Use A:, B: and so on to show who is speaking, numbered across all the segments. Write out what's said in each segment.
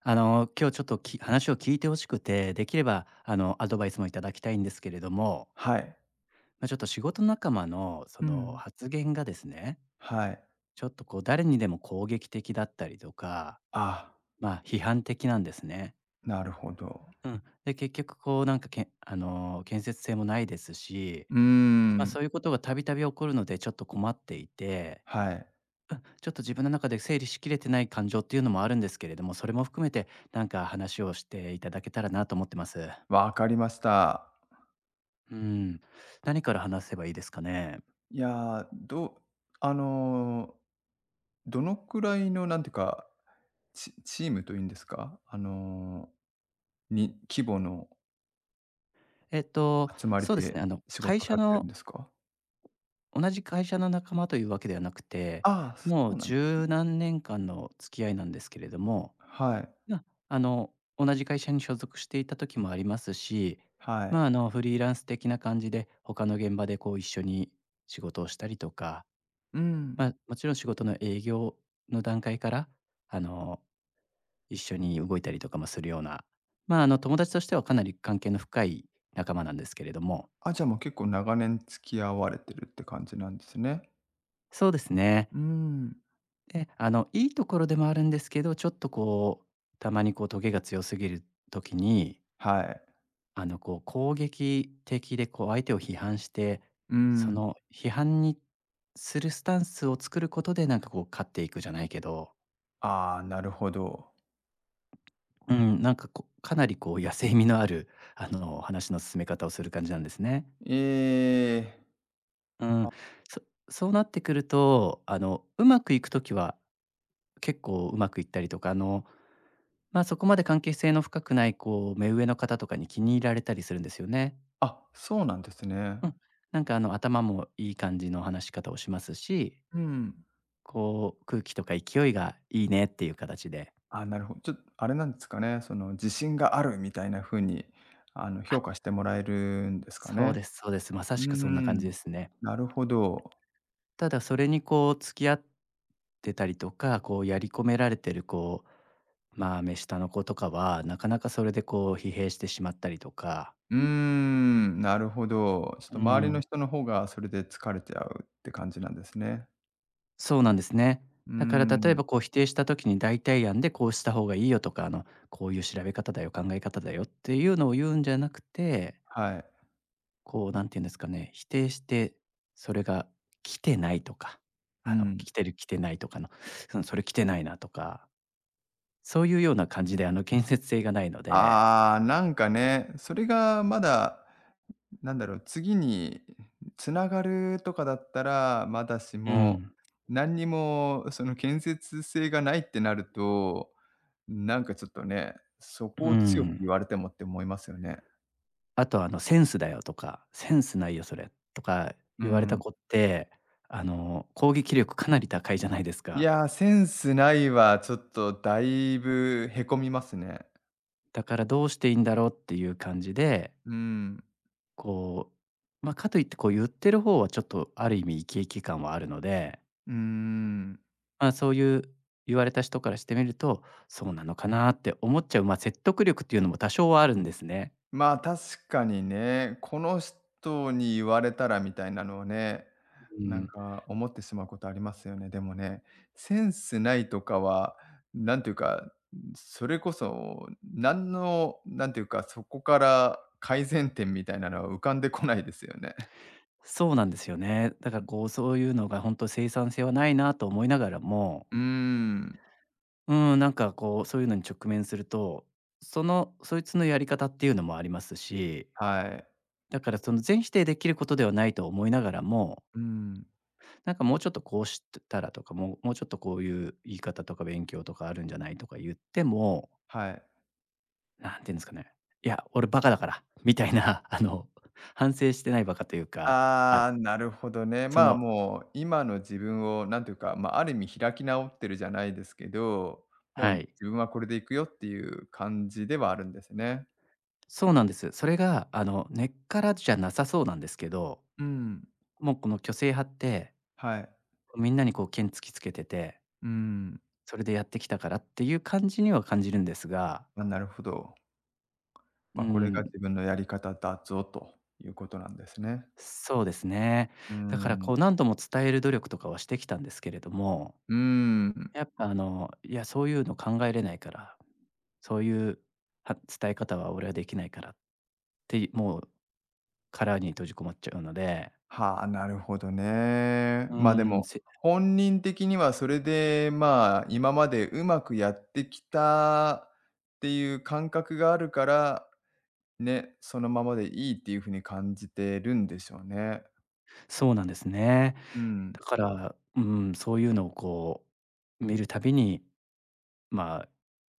A: あの、今日ちょっと話を聞いて欲しくて、できればあの、アドバイスもいただきたいんですけれども、
B: はい。
A: まあ、ちょっと仕事仲間のそ
B: う
A: の
B: ん。
A: 発言がですね、
B: はい。
A: ちょっとこう誰にでも攻撃的だったりとか、
B: あ、
A: ま、批判的なんですね。
B: なるほど。
A: うん。で、結局こうなんかけあの、建設性もないですし、
B: うー
A: まあ、
B: ん、
A: そういうことがたびたび起こるのでちょっと困っていて、
B: はい、
A: ちょっと自分の中で整理しきれてない感情っていうのもあるんですけれども、それも含めてなんか話をしていただけたらなと思ってます。
B: わかりました。
A: うん、何から話せばいいですかね。
B: いや、あの、どのくらいの、なんていうか、チームというんですか？に規模の
A: えっと、
B: 集まり
A: そうですね、
B: で
A: あの、
B: 仕
A: 会
B: 事をさ
A: 社
B: れてるん
A: の
B: ですか？
A: 同じ会社の仲間というわけではなくて、
B: ああ、そ
A: もう
B: うなんです
A: 十何年間の付き合いなんですけれども、
B: はい、
A: まあ、あの、同じ会社に所属していた時もありますし、
B: は
A: ま
B: い。
A: あ、あの、フリーランス的な感じで、他の現場でこう一緒に仕事をしたりとか、
B: うん。
A: まあ、もちろん仕事の営業の段階から、あの一緒に動いたりとかもするような、まあ、あの、友達としてはかなり関係の深い仲間なんですけれども、
B: あ、じゃあもう結構長年付き合われてるって感じなんですね。
A: そうですね。
B: うーん、
A: で、あの、いいところでもあるんですけど、ちょっとこう、たまにこう、トゲが強すぎる時に、
B: はい。
A: あの、こう、攻撃的でこう、相手を批判して、
B: う
A: そ
B: ん、
A: の批判にするスタンスを作ることで、なんかこう、勝っていくじゃないけど、
B: ああ、なるほど。
A: うん、なんかこう、かなりこう、野性味のある、あの、話の進め方をする感じなんですね。
B: ええ。
A: うん、
B: あ、
A: そそうなってくると、あの、うまくいく時は結構うまくいったりとか、あの、まあ、そこまで関係性の深くないこう、目上の方とかに気に入られたりするんですよね。
B: あ、そうなんですね。
A: うん、なんかあの、頭もいい感じの話し方をしますし、
B: うん。
A: こう、空気とか勢いがいいねっていう形で。
B: あ、なるほど。ちょっとあれなんですかね、その自信があるみたいな風に、評価してもらえるんですか
A: そうで
B: ね。
A: すそうです。まさ
B: うー
A: しくそんな感じ
B: ん。
A: ですね。
B: なるほど。
A: ただそれにこう付き合ってたりとか、こうやり込められてるこう、まあ、目下の子とかは、なかなかそれでこう疲弊してしまったりとか。
B: うーん、なるほど。ちょっ
A: う
B: と周りの
A: ん、
B: 人の方がそれで疲れちゃうって感じなんですね。
A: そうなんですね。
B: うー
A: だから例え
B: ん、
A: ばこう否定した時に代替案でこうした方がいいよとか、あの、こういう調べ方だよ、考え方だよっていうのを言うんじゃなくて、
B: はい。
A: こうなんて言うんですかね、否定して、それが来てないとか、
B: う
A: あの、
B: ん。
A: 来てる来てないとかの、その、それ来てないなとかそういうような感じで、あの、建設性がないので。
B: ああ、なんかね、それがまだなんだろう、次につながるとかだったらまだし
A: う
B: も、
A: ん、
B: 何にもその建設性がないってなると、なんかちょっとね、そ
A: う
B: こを強く
A: ん。
B: 言われてもって思いますよね。
A: あと、あの、センスだよとか、センスないよそれとか
B: う
A: 言われた
B: ん。
A: 子って、あの、攻撃力かなり高いじゃないです
B: い
A: か。
B: や、センスないはちょっとだいぶへこみますね。
A: だからどうしていいんだろうっていう感じで、
B: うん。
A: こう、まあ、かといってこう言ってる方はちょっとある意味生き生き感はあるので、
B: うーん。
A: まあ、そういう言われた人からしてみると、そうなのかなって思っちゃう、まあ、説得力っていうのも多少はあるんですね。
B: まあ、確かにね、この人に言われたらみたいなのをね、
A: う
B: なん
A: ん。
B: か思ってしまうことありますよね。でもね、センスないとかは、なんていうか、それこそ、何の、なんていうか、そこから改善点みたいなのは浮かんでこないですよね。
A: そうなんですよね。だから
B: うん。
A: こう、そういうのが本当生産性はないなと思いながらも、
B: うーん。
A: うーん、なんかこう、そういうのに直面すると、その、そいつのやり方っていうのもありますし、
B: はい。
A: だからその全否定できることではないと思いながらも、
B: うん。
A: なんかもうちょっとこうしたらとか、もうちょっとこういう言い方とか勉強とかあるんじゃないとか言っても、
B: はい。
A: なんて言うんですかね、いや、俺バカだからみたいな、あの、反省してないバカというか、あ、
B: ああ、なるほどね。
A: そ
B: まあ、
A: の
B: もう今の自分をなんていうか、まあ、ある意味開き直ってるじゃないですけど、もう
A: はい。
B: 自分はこれでいくよっていう感じではあるんですね。
A: そうなんです。それが、あの、根っからじゃなさそうなんですけど、
B: うん、
A: もうこの虚勢派って、
B: はい。
A: みんなにこう剣突きつけてて、
B: うん、
A: それでやってきたからっていう感じには感じるんですが、
B: まあ、なるほど。
A: うー
B: ま、あ、これが
A: ん、
B: 自分のやり方だぞということなんですね。
A: そうですね。
B: うー
A: だから
B: ん、
A: こう何度も伝える努力とかはしてきたんですけれども、
B: うーん。
A: やっぱあの、いや、そういうの考えれないから、そういうは伝え方は俺はできないからって、もう殻に閉じこもっちゃうので、
B: はあ、なるほどね。
A: うー
B: まあ、で
A: ん、
B: も、本人的にはそれで、まあ、今までうまくやってきたっていう感覚があるから、ね、そのままでいいっていうふうに感じてるんでしょうね。
A: そうなんですね。
B: う
A: だ
B: ん。
A: から、うん、そういうのをこう見るたびに、まあ、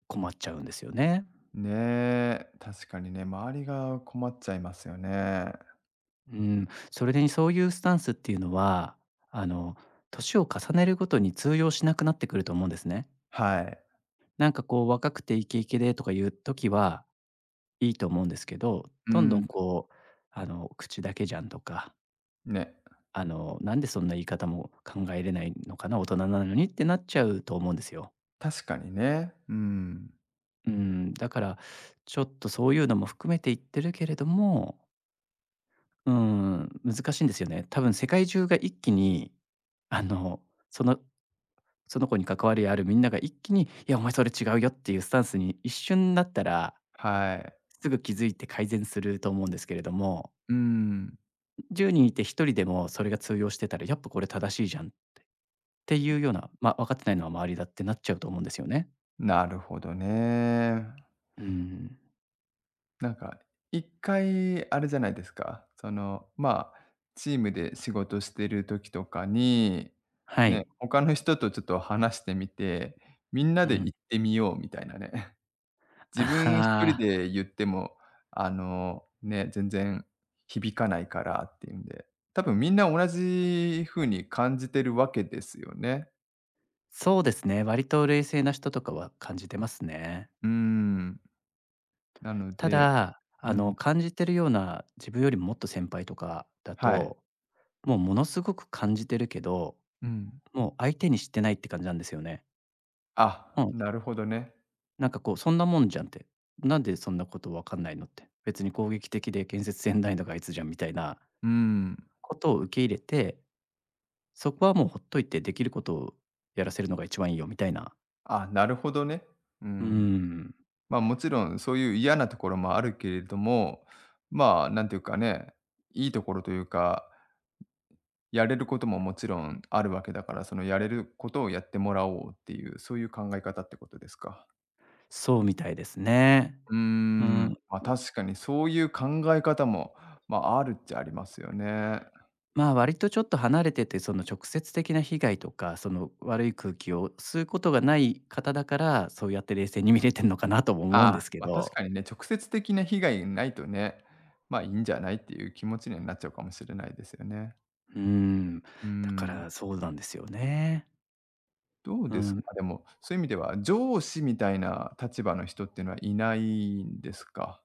A: 困っちゃうんですよね。
B: ねえ、確かにね、周りが困っちゃいますよね。
A: うん、それでにそういうスタンスっていうのは、あの、年を重ねるごとに通用しなくなってくると思うんですね。
B: はい。
A: なんかこう若くてイケイケでとかいう時はいいと思うんですけど、
B: う
A: どんどん
B: ん、
A: こう、あの、口だけじゃんとか、
B: ね、
A: あの、なんでそんな言い方も考えれないのかな、大人なのにってなっちゃうと思うんですよ。
B: 確かにね。うん。
A: うん、だから、ちょっとそういうのも含めて言ってるけれども、うん、難しいんですよね。多分世界中が一気に、あの、そのその子に関わりあるみんなが一気に、いや、お前それ違うよっていうスタンスに一瞬なったら、
B: はい。
A: すぐ気づいて改善すると思うんですけれども、
B: うん、
A: 10人いて1人でもそれが通用してたら、やっぱこれ正しいじゃんっていうような、まあ、分かってないのは周りだってなっちゃうと思うんですよね。
B: なるほどね。
A: うん、
B: なんか、一回あれじゃないですか、その、まあ、チームで仕事してる時とかに、
A: は
B: ね、
A: い。
B: 他の人とちょっと話してみて、みんな
A: う
B: で行
A: ん。
B: ってみようみたいなね。
A: あ
B: 自分一人
A: あ。
B: で言っても、ね、全然響かないからっていうんで、多分みんな同じ風に感じてるわけですよね。
A: そうですね、割と冷静な人とかは感じてますね。
B: うーん。なの
A: た
B: で
A: だ、
B: う
A: あの、
B: ん、
A: 感じてるような自分よりもっと先輩とかだ
B: はい。
A: と、もうものすごく感じてるけど、
B: うん。
A: もう相手にしてないって感じなんですよね。う
B: あ、
A: ん、
B: なるほどね。
A: なんかこう、そんなもんじゃんって、なんでそんなことわかんないのって、別に攻撃的で建設性ないのがあいつじゃんみたいな
B: うーん。
A: ことを受け入れて、そこはもうほっといてできることをやらせるのが一番いいよみたいな。
B: あ、なるほどね。う
A: う
B: ん。
A: ん、
B: まあ、もちろんそういう嫌なところもあるけれども、まあ、なんていうかね、いいところというか、やれることももちろんあるわけだから、そのやれることをやってもらおうっていう、そういう考え方ってことですか。
A: そうみたいですね。
B: うー
A: う
B: ん、ま
A: ん
B: あ、確かにそういう考え方も、まあ、あるっちゃありますよね。
A: まあ、割とちょっと離れてて、その直接的な被害とか、その悪い空気を吸うことがない方だから、そうやって冷静に見れてるのかなとも思うん
B: あ
A: で
B: あ、
A: すけ
B: まあ、確
A: ど。
B: かにね、直接的な被害がないとね、まあ、いいんじゃないっていう気持ちにはなっちゃうかもしれないですよね。
A: うーん、
B: うー
A: だか
B: ん。
A: らそうなんですよね。
B: どう
A: う
B: ですか？
A: ん。
B: でも、そういう意味では、上司みたいな立場の人っていうのはいないんですか？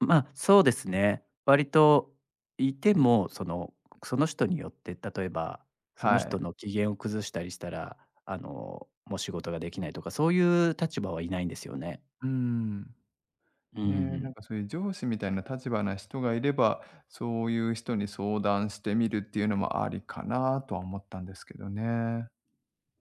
A: まあ、そうですね。割といて
B: み
A: も、その人によって、例えば、その
B: は
A: 人
B: い。
A: の機嫌を崩したりしたら、あの、もう仕事ができないとか、そういう立場はいないんですよね。
B: うーん。
A: う
B: ね、なん
A: ん。
B: かそういう上司みたいな立場な人がいれば、そういう人に相談してみるっていうのもありかなとは思ったんですけどね。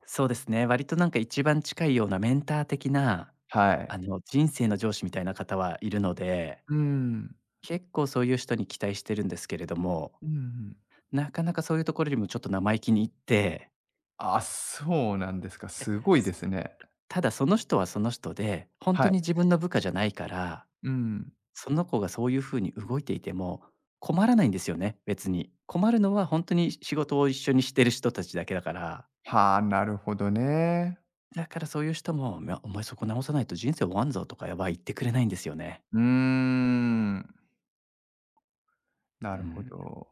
A: そうですね、割となんか一番近いようなメンター的な、
B: はい。
A: あの、人生の上司みたいな方はいるので、
B: うん。
A: 結構そういう人に期待してるんですけれども、
B: うんうん。
A: なかなかそういうところにもちょっと生意気に行って、
B: あ、そうなんですか。すごいですね。
A: ただその人はその人で、本当
B: は
A: に
B: い。
A: 自分の部下じゃないから、
B: うん。
A: その子がそういうふうに動いていても困らないんですよね、別に。困るのは本当に仕事を一緒にしてる人たちだけだから、
B: はあ、なるほどね。
A: だからそういう人も「いや、お前そこ直さないと人生終わんぞ」とかやばい言ってくれないんですよね。
B: うーん、
A: う
B: なるほ
A: ん。
B: ど。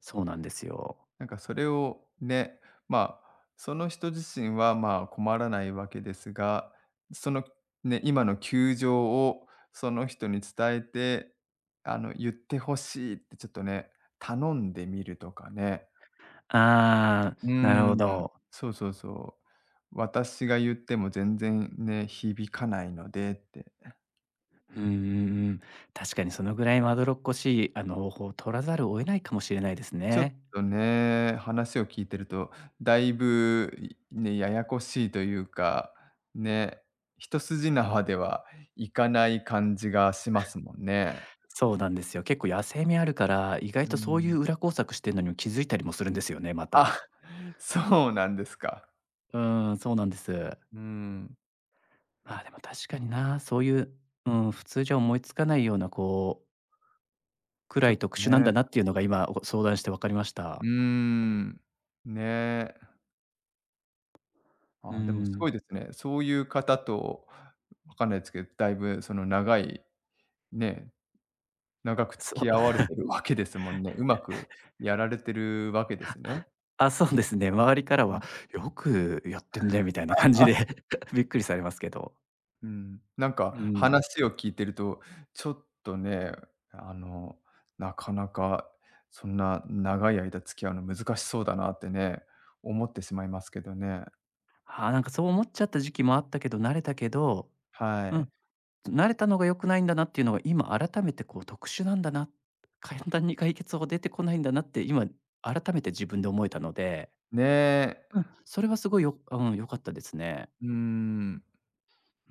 A: そうなんですよ。
B: なんかそれをね、まあ、その人自身はまあ困らないわけですが、そのね、今の窮状をその人に伝えて、言ってほしいってちょっとね、頼んでみるとかね。
A: ああ、
B: う
A: なる
B: ー
A: ほ
B: ん。
A: ど。
B: そうそうそう。私が言っても全然ね、響かないのでって。
A: うんうんうん。確かにそのぐらいまどろっこしい、あの、方法を取らざるを得ないかもしれないです
B: ちょっ
A: ね。
B: とね、話を聞いてると、だいぶ、ね、ややこしいというか、ね、一筋縄ではいかない感じがしますもんね。
A: そうなんですよ。結構野生味あるから、意外
B: う
A: とそうい
B: ん。
A: う裏工作してるのにも気づいたりもするんですよね、また。
B: あ、そうなんですか。
A: うーん、そうなんです。
B: うーん。
A: まあ、でも確かにな、そういう、うん、普通じゃ思いつかないような、こう、く
B: ち
A: ら
B: ょ
A: い
B: っ
A: 特
B: と
A: 殊なん
B: ね、
A: だなっていうのが今、お相談して分かりまし
B: う
A: た。
B: ーん、ね。
A: うー
B: あ、でもすごい
A: ん。
B: ですね。そういう方と、わかんないですけど、だいぶその長い、ね、長く
A: そ
B: 付き合
A: う
B: われてるわけですもんね。うまくやられてるわけですね。
A: そうですね。周りからは、よくやってんね、みたいな感じで びっくりされますけど。
B: うん、なん
A: う
B: か
A: ん。
B: 話を聞いてると、ちょっとね、あの、なかなかそんな長い間付き合うの難しそうだなってね、思ってしまいますけどね。
A: ああ、なんかそう思っちゃった時期もあったけど、慣れたけど、
B: は
A: うん、
B: い。
A: 慣れたのが良くないんだなっていうのが、今改めてこう特殊なんだな、簡単に解決法出てこないんだなって、今改めて自分で思えたので、
B: ねえ、
A: うん、それはすごいようん、良かったですね。
B: うーん。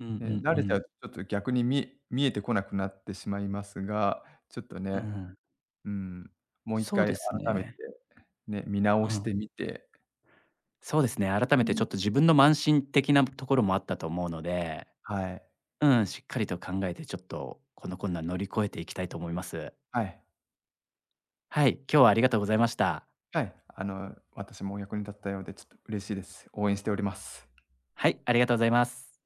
A: うんう
B: ね、
A: ん
B: 慣
A: う
B: れちゃ
A: ん。
B: うとちょっと逆に見えてこなくなってしまいますが、ちょっと
A: う
B: ね、
A: ん。
B: うん、もう一
A: そうで
B: 回
A: す
B: 改めて
A: ね。
B: ね、見
A: う
B: 直し
A: ん。
B: てみて、
A: そうですね、改め
B: う
A: てち
B: ん
A: ょっと自分の慢心的なところもあったと思うので
B: はい。
A: うん、しっかりと考えて、ちょっとこの困難乗り越えていきたいと思います。
B: はい。
A: はい、今日はありがとうございました。
B: はい、私もお役に立ったようで、ちょっと嬉しいです。応援しております。
A: はい、ありがとうございます。